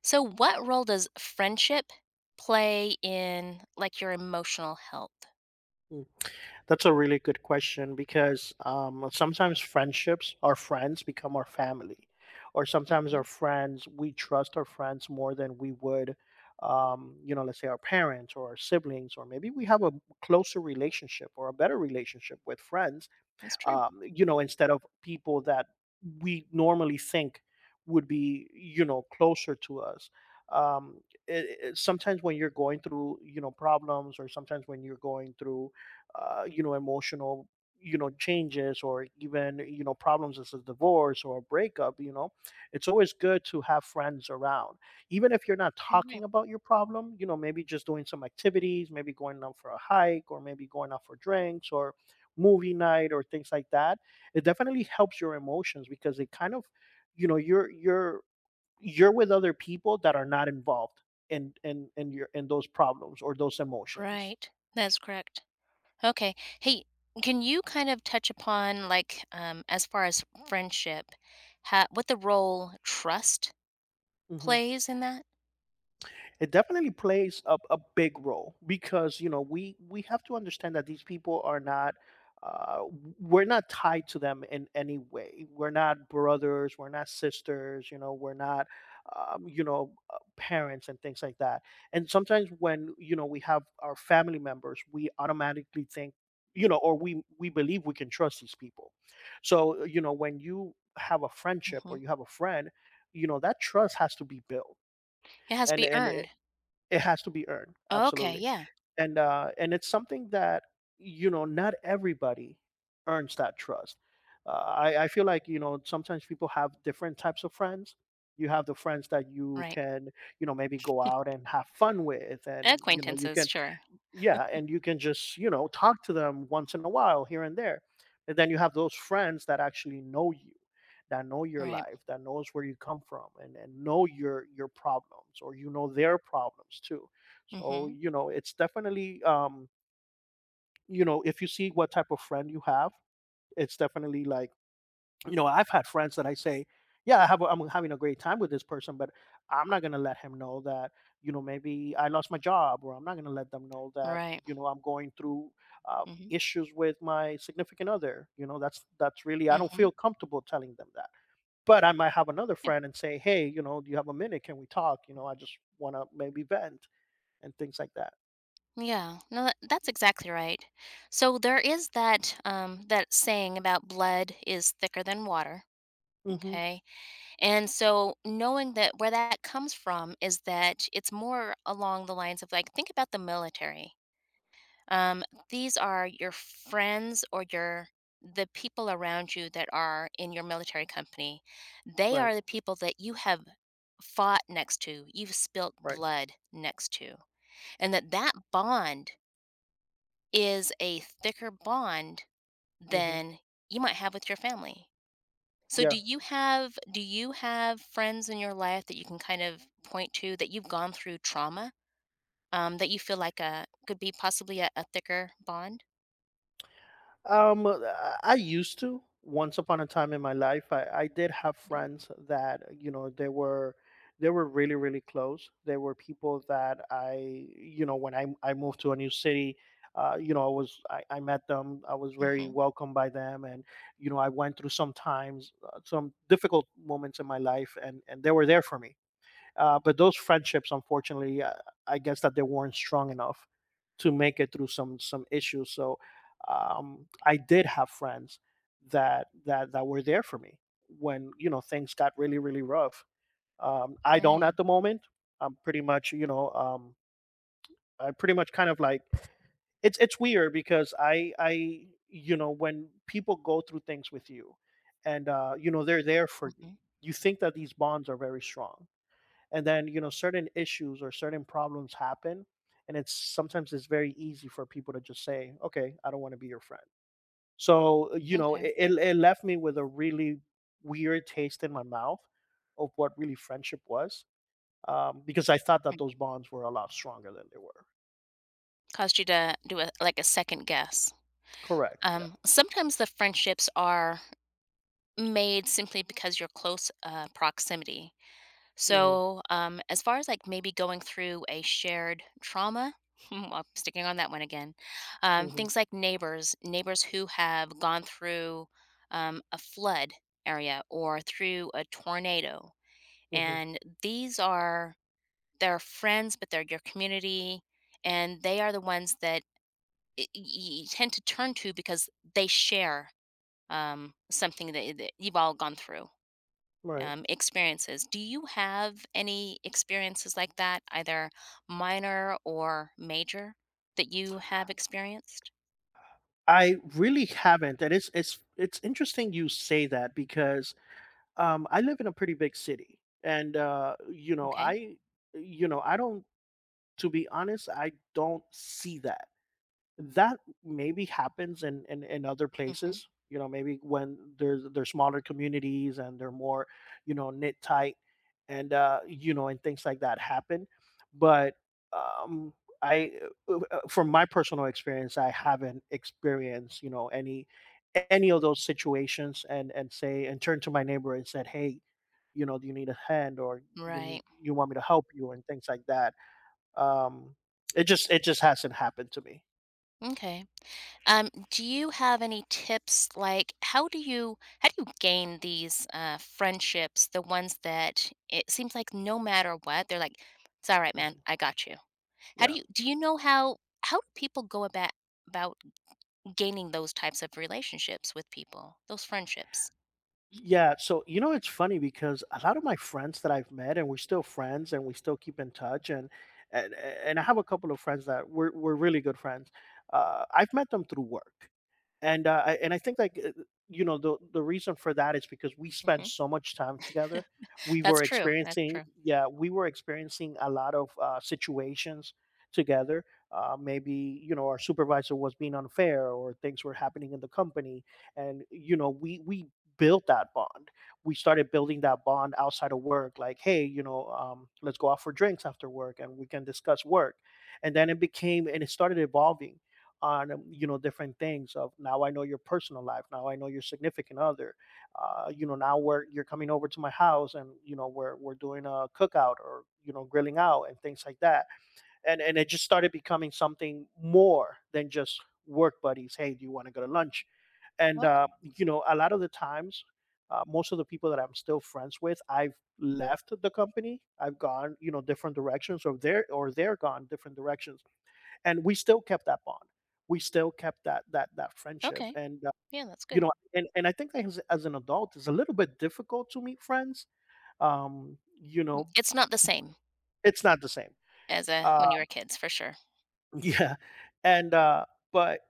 So, what role does friendship play in like your emotional health? Mm. That's a really good question because sometimes friendships, our friends become our family, or sometimes our Hmm. friends, we trust our friends more than we would, you know, let's say our parents or our siblings, or maybe we have a closer relationship or a better relationship with friends. That's true. Um, you know, instead of people that we normally think would be, you know, closer to us. Um, Sometimes when you're going through, you know, problems, or sometimes when you're going through, you know, emotional, you know, changes, or even you know, problems as a divorce or a breakup, you know, it's always good to have friends around even if you're not Yeah. talking Right. about your problem, you know, maybe just doing some activities, maybe going out for a hike or maybe going out for drinks or movie night or things like that. It definitely helps your emotions because it kind of, you know, you're you're with other people that are not involved in your, in those problems or those emotions. Right. That's correct. Okay. Hey, can you kind of touch upon like as far as friendship, what the role trust Hmm. plays in that? It definitely plays a big role because, you know, we have to understand that these people are not, we're not tied to them in any way. We're not brothers. We're not sisters. You know, we're not, you know, parents and things like that. And sometimes when, you know, we have our family members, we automatically think, you know, or we believe we can trust these people. So, you know, when you have a friendship or Hmm. you have a friend, you know that trust has to be built. It has to and be and earned. it has to be earned, Okay. absolutely. Yeah. And it's something that, you know, not everybody earns that trust. I feel like, you know, sometimes people have different types of friends. You have the friends that you Right. can, you know, maybe go out and have fun with, and you know you Acquaintances. can, Sure. yeah, and you can just, you know, talk to them once in a while here and there. And then you have those friends that actually know you, that know your Right. life, that knows where you come from and know your problems or, you know, their problems too. So, Hmm. you know, it's definitely, you know, if you see what type of friend you have, it's definitely like, you know, I've had friends that I say, "Yeah, I have a I'm having a great time with this person, but I'm not gonna let him know that, you know, maybe I lost my job, or I'm not gonna let them know that, Right. you know, I'm going through Hmm. issues with my significant other." You know, that's really I don't Hmm. feel comfortable telling them that. But I might have another friend and say, "Hey, you know, do you have a minute? Can we talk? You know, I just want to maybe vent and things like that." Yeah, no, that's exactly right. So there is that that saying about blood is thicker than water. Hmm. Okay, and so knowing that where that comes from is that it's more along the lines of like think about the military. Um, these are your friends or your the people around you that are in your military company. They Right. are the people that you have fought next to, you've spilt Right. blood next to, and that bond is a thicker bond Hmm. than you might have with your family. So Yeah. Do you have friends in your life that you can kind of point to that you've gone through trauma, that you feel like a could be possibly a thicker bond? Um, uh, I used to. Once upon a time in my life, I did have friends that, you know, they were really really close. They were people that I, you know, when I moved to a new city, you know, I was I met them. I was very Mhm. welcomed by them, and you know I went through some times, some difficult moments in my life, and they were there for me. But those friendships, unfortunately, I guess that they weren't strong enough to make it through some issues. So I did have friends that were there for me when, you know, things got really really rough. I don't Right. at the moment. I'm pretty much, you know, I pretty much kind of like, it's weird because I you know when people go through things with you and you know they're there for you. Mhm. You think that these bonds are very strong and then, you know, certain issues or certain problems happen, and it's sometimes it's very easy for people to just say, okay, I don't want to be your friend. So you know Okay. it left me with a really weird taste in my mouth of what really friendship was, because I thought that Right. those bonds were a lot stronger than they were. Caused you to do a like a second guess. Correct, yeah. Sometimes the friendships are made simply because you're close proximity. Hmm. So, as far as like maybe going through a shared trauma, well, sticking on that one again, Hmm. things like neighbors who have gone through a flood area or through a tornado, Hmm. and these are they're friends, but they're your community, and they are the ones that you tend to turn to because they share something that you've all gone through Right. Experiences. Do you have any experiences like that, either minor or major, that you have experienced? I really haven't, and it's it's interesting you say that because I live in a pretty big city, and you know Okay. I, you know, I don't, to be honest, I don't see that, that maybe happens in, in other Hmm. places, you know, maybe when there's smaller communities and they're more, you know, knit tight, and you know and things like that happen. But um I from my personal experience, I haven't experienced, you know, any of those situations and say, and turn to my neighbor and said, hey, you know, do you need a hand, or you need, Right. you want me to help you and things like that. um it just it just hasn't happened to me. Okay. Do you have any tips like how do you gain these friendships, the ones that it seems like no matter what, they're like, it's all right, man, Mm-hmm. I got you. How Yeah. Do you know how do people go about gaining those types of relationships with people, those friendships? Yeah, so, you know, it's funny because a lot of my friends that I've met and we're still friends and we still keep in touch, and I have a couple of friends that we're really good friends. I've met them through work. And I think like, you know, the reason for that is because we spent Mm-hmm. so much time together. We were that's experiencing, true. yeah, we were experiencing a lot of situations together. Maybe, you know, our supervisor was being unfair or things were happening in the company, and you know we build that bond. We started building that bond outside of work, like, hey, you know, let's go out for drinks after work and we can discuss work. And then it became, and it started evolving on, you know, different things of, now I know your personal life, now I know your significant other, you know, now we're you're coming over to my house, and you know we're doing a cookout or, you know, grilling out and things like that. And it just started becoming something more than just work buddies. Hey, do you want to go to lunch? And Ok you know, a lot of the times, most of the people that I'm still friends with, I've left the company. I've gone, you know, different directions, or they're gone different directions, and we still kept that bond. We still kept that friendship, okay. and Yeah, that's you good. know, and I think as an adult, it's a little bit difficult to meet friends. You Mm, know, it's not the same it's not the same. as, when Uh, you were kids, for sure. Yeah. And but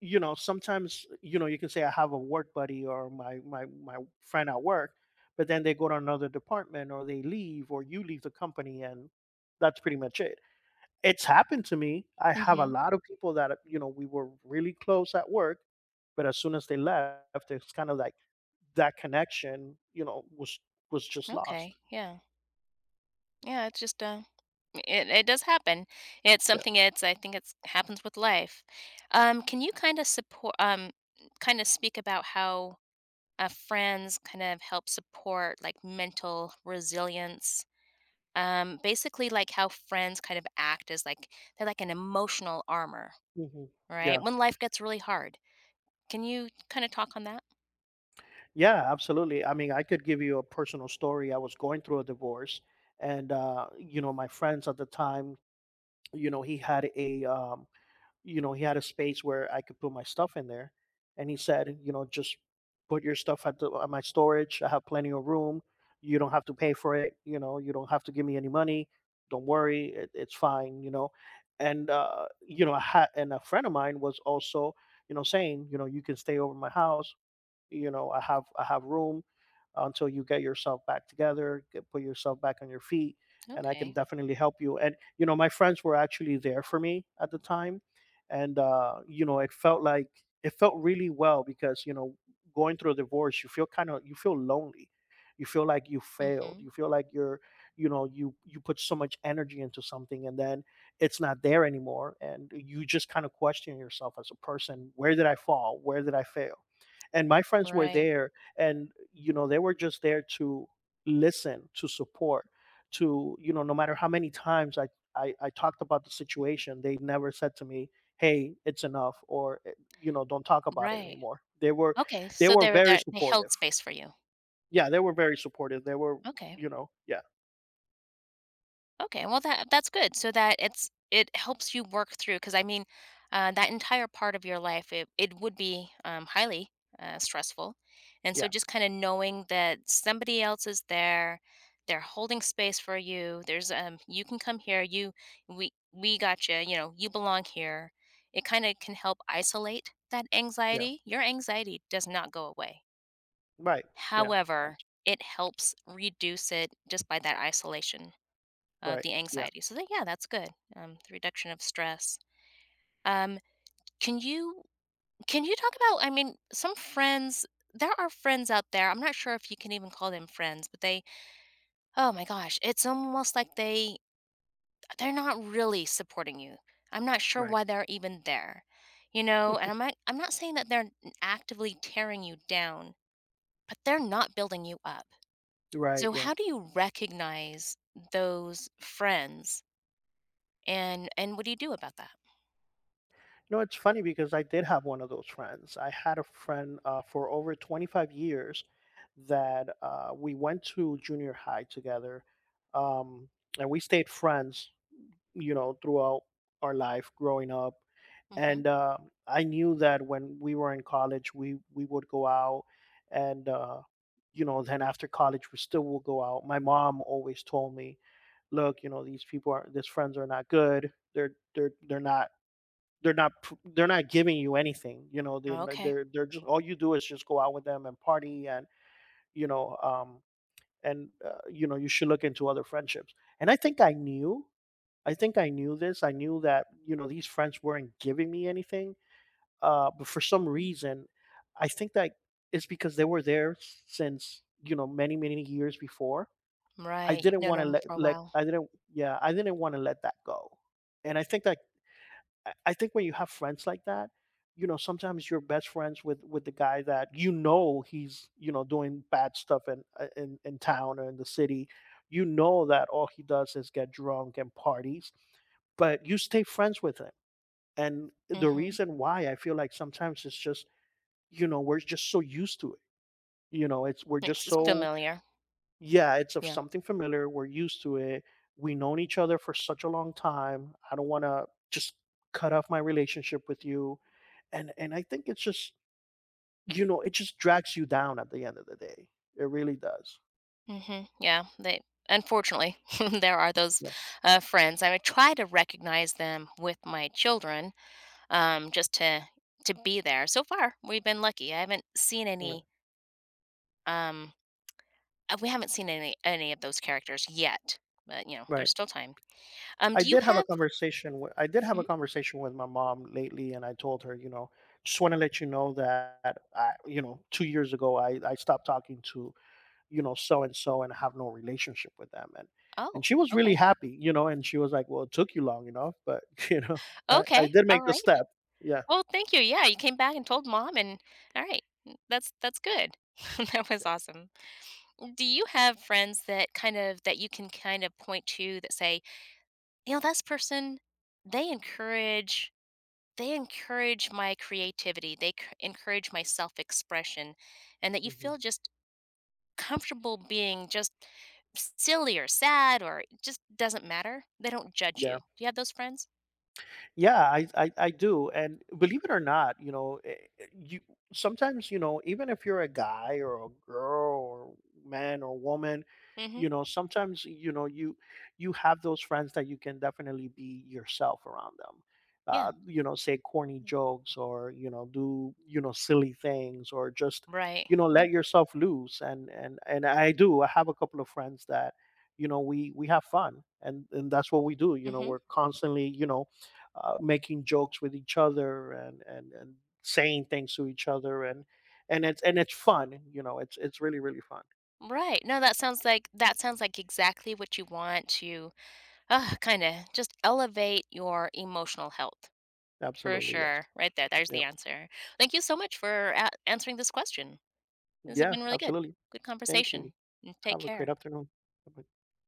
you know, sometimes, you know, you can say I have a work buddy or my friend at work, but then they go to another department or they leave, or you leave the company, and that's pretty much it. It's happened to me. I have a Mhm. lot of people that, you know, we were really close at work, but as soon as they left, it's kind of like that connection, you know, was just lost. Okay, yeah. Yeah, it's just, it does happen. It's Yeah. something it's I think it's happens with life. Can you kinda support? Kinda speak about how, friends kind of help support, like, mental resilience? Basically, like, how friends kind of act as, like they're like an emotional armor, Hmm. right? Yeah. When life gets really hard. Can you kind of talk on that? Yeah, absolutely. I mean, I could give you a personal story. I was going through a divorce, and you know, my friends at the time, you know, he had a, you know, he had a space where I could put my stuff in there, and he said, you know, just put your stuff at, the, at my storage. I have plenty of room. You don't have to pay for it. You know, you don't have to give me any money. Don't worry, it, it's fine. I had, and a friend of mine was also, saying, you can stay over my house. I have room until you get yourself back together, get, put yourself back on your feet, and I can Okay. definitely help you. And my friends were actually there for me at the time, and it felt really well because going through a divorce you feel kind of, you feel lonely, you feel like you failed, Mhm. you feel like you're you know you put so much energy into something and then it's not there anymore, and you just kind of question yourself as a person. Where did I fall? Where did I fail? And my friends were Right. there, and they were just there to listen, to support, to, no matter how many times I talked about the situation, they never said to me, hey, it's enough, or don't talk about it Right. anymore. they were Okay. they So were they were very there. They held supportive. space for you. Yeah, they were very supportive. They were Okay. you know Yeah. Okay, well that's good so that it's it helps you work through because I mean, that entire part of your life it would be highly stressful, and so Yeah. just kind of knowing that somebody else is there, they're holding space for you. There's you can come here. You we got you. You know you belong here. It kind of can help isolate that Yeah. anxiety. Your anxiety does not go away. Right. Yeah. However, abs- it helps reduce it just by that isolation right. the Yeah. anxiety. So that, yeah, that's good. The reduction of stress. Um, can you can you talk about? I mean, some friends. There are friends out there. I'm not sure if you can even call them friends, but they. Oh my gosh, it's almost like they're not really supporting you. I'm not sure Right. why they're even there. You know, and I'm not saying that they're actively tearing you down, but they're not building you up. Right. So Yeah. how do you recognize those friends and what do you do about that? No, it's funny because I did have one of those friends. I had a friend, for over 25 years, that we went to junior high together, um, and we stayed friends, you know, throughout our life growing up. Mhm. And I knew that when we were in college, we would go out, and you know, then after college, we still will go out. My mom always told me, look, you know, these friends are not good. They're not pr- they're not giving you anything. You know, they're not- Okay. They're just, all you do is just go out with them and party, and you know um you should look into other friendships. And I think I knew I think I knew this. I knew that, you know, these friends weren't giving me anything, uh, but for some Mhm. reason I think that it's because they were there since, you know, many many years before. I Right, you've didn't want to known them let for a let while. I didn't Yeah, I didn't want to let that go. And I think that, I think when you have friends like that, you know, sometimes you're best friends with the guy that, you know, he's, you know, doing bad stuff in, in in town or in the city. You know that all he does is get drunk and parties, but you stay friends with him. And the Mhm. reason why I feel like sometimes it's just, you know, we're just so used to it. You know, it's, we're just It's so, familiar. yeah, it's of Yeah. something familiar. We're used to it. We've known each other for such a long time. I don't want to just cut off my relationship with you. And I think it's just, you know, it just drags you down at the end of the day. It really does. Mhm. Yeah, they unfortunately, there are those, Yeah. Friends. I try to recognize them with my children just to be there. So far, we've been lucky. I haven't seen Mm. any. Um, we haven't seen any of those characters yet, but you know, Right. there's still time. I Do you did have a have? I did have a Mhm. conversation with my mom lately, and I told her, you know, just want to let you know that I, you know, 2 years ago, I stopped talking to, you know, so and so, and have no relationship with them. And Oh, she was really okay, happy, you know, and she was like, well, it took you long enough, but you know, I okay, did all make the right. step. Yeah. Well, thank you. Yeah, you came back and told mom, and all right, that's good. that was Yeah. awesome. Do you have friends that kind of that you can kind of point to that say, you know, this person they encourage they encourage my creativity, they c- encourage my self expression, and that you Hmm. feel just comfortable being just silly or sad or it just doesn't matter. They don't judge you. Yeah. Do you have those friends? Yeah, I do, and believe it or not, you know, you sometimes, you know, even if you're a guy or a girl or man or woman, Mm-hmm. you know, sometimes, you know, you have those friends that you can definitely be yourself around them. Yeah. You know, say corny jokes, or you know, do, you know, silly things, or just, Right. you know, Yeah. let yourself loose. And I do. I have a couple of friends that, you know, we have fun, and that's what we do. You know, Mm-hmm. we're constantly, you know, making jokes with each other, and saying things to each other, and it's fun. You know, it's really really fun. Right. No, that sounds like exactly what you want to kind of just elevate your emotional health for Absolutely. Yes. sure. Right there. There's Yeah. the answer. Thank you so much for answering this question. This has Yeah, been really good. absolutely. Good Thank you. conversation, and take Have a great care. afternoon. Bye-bye.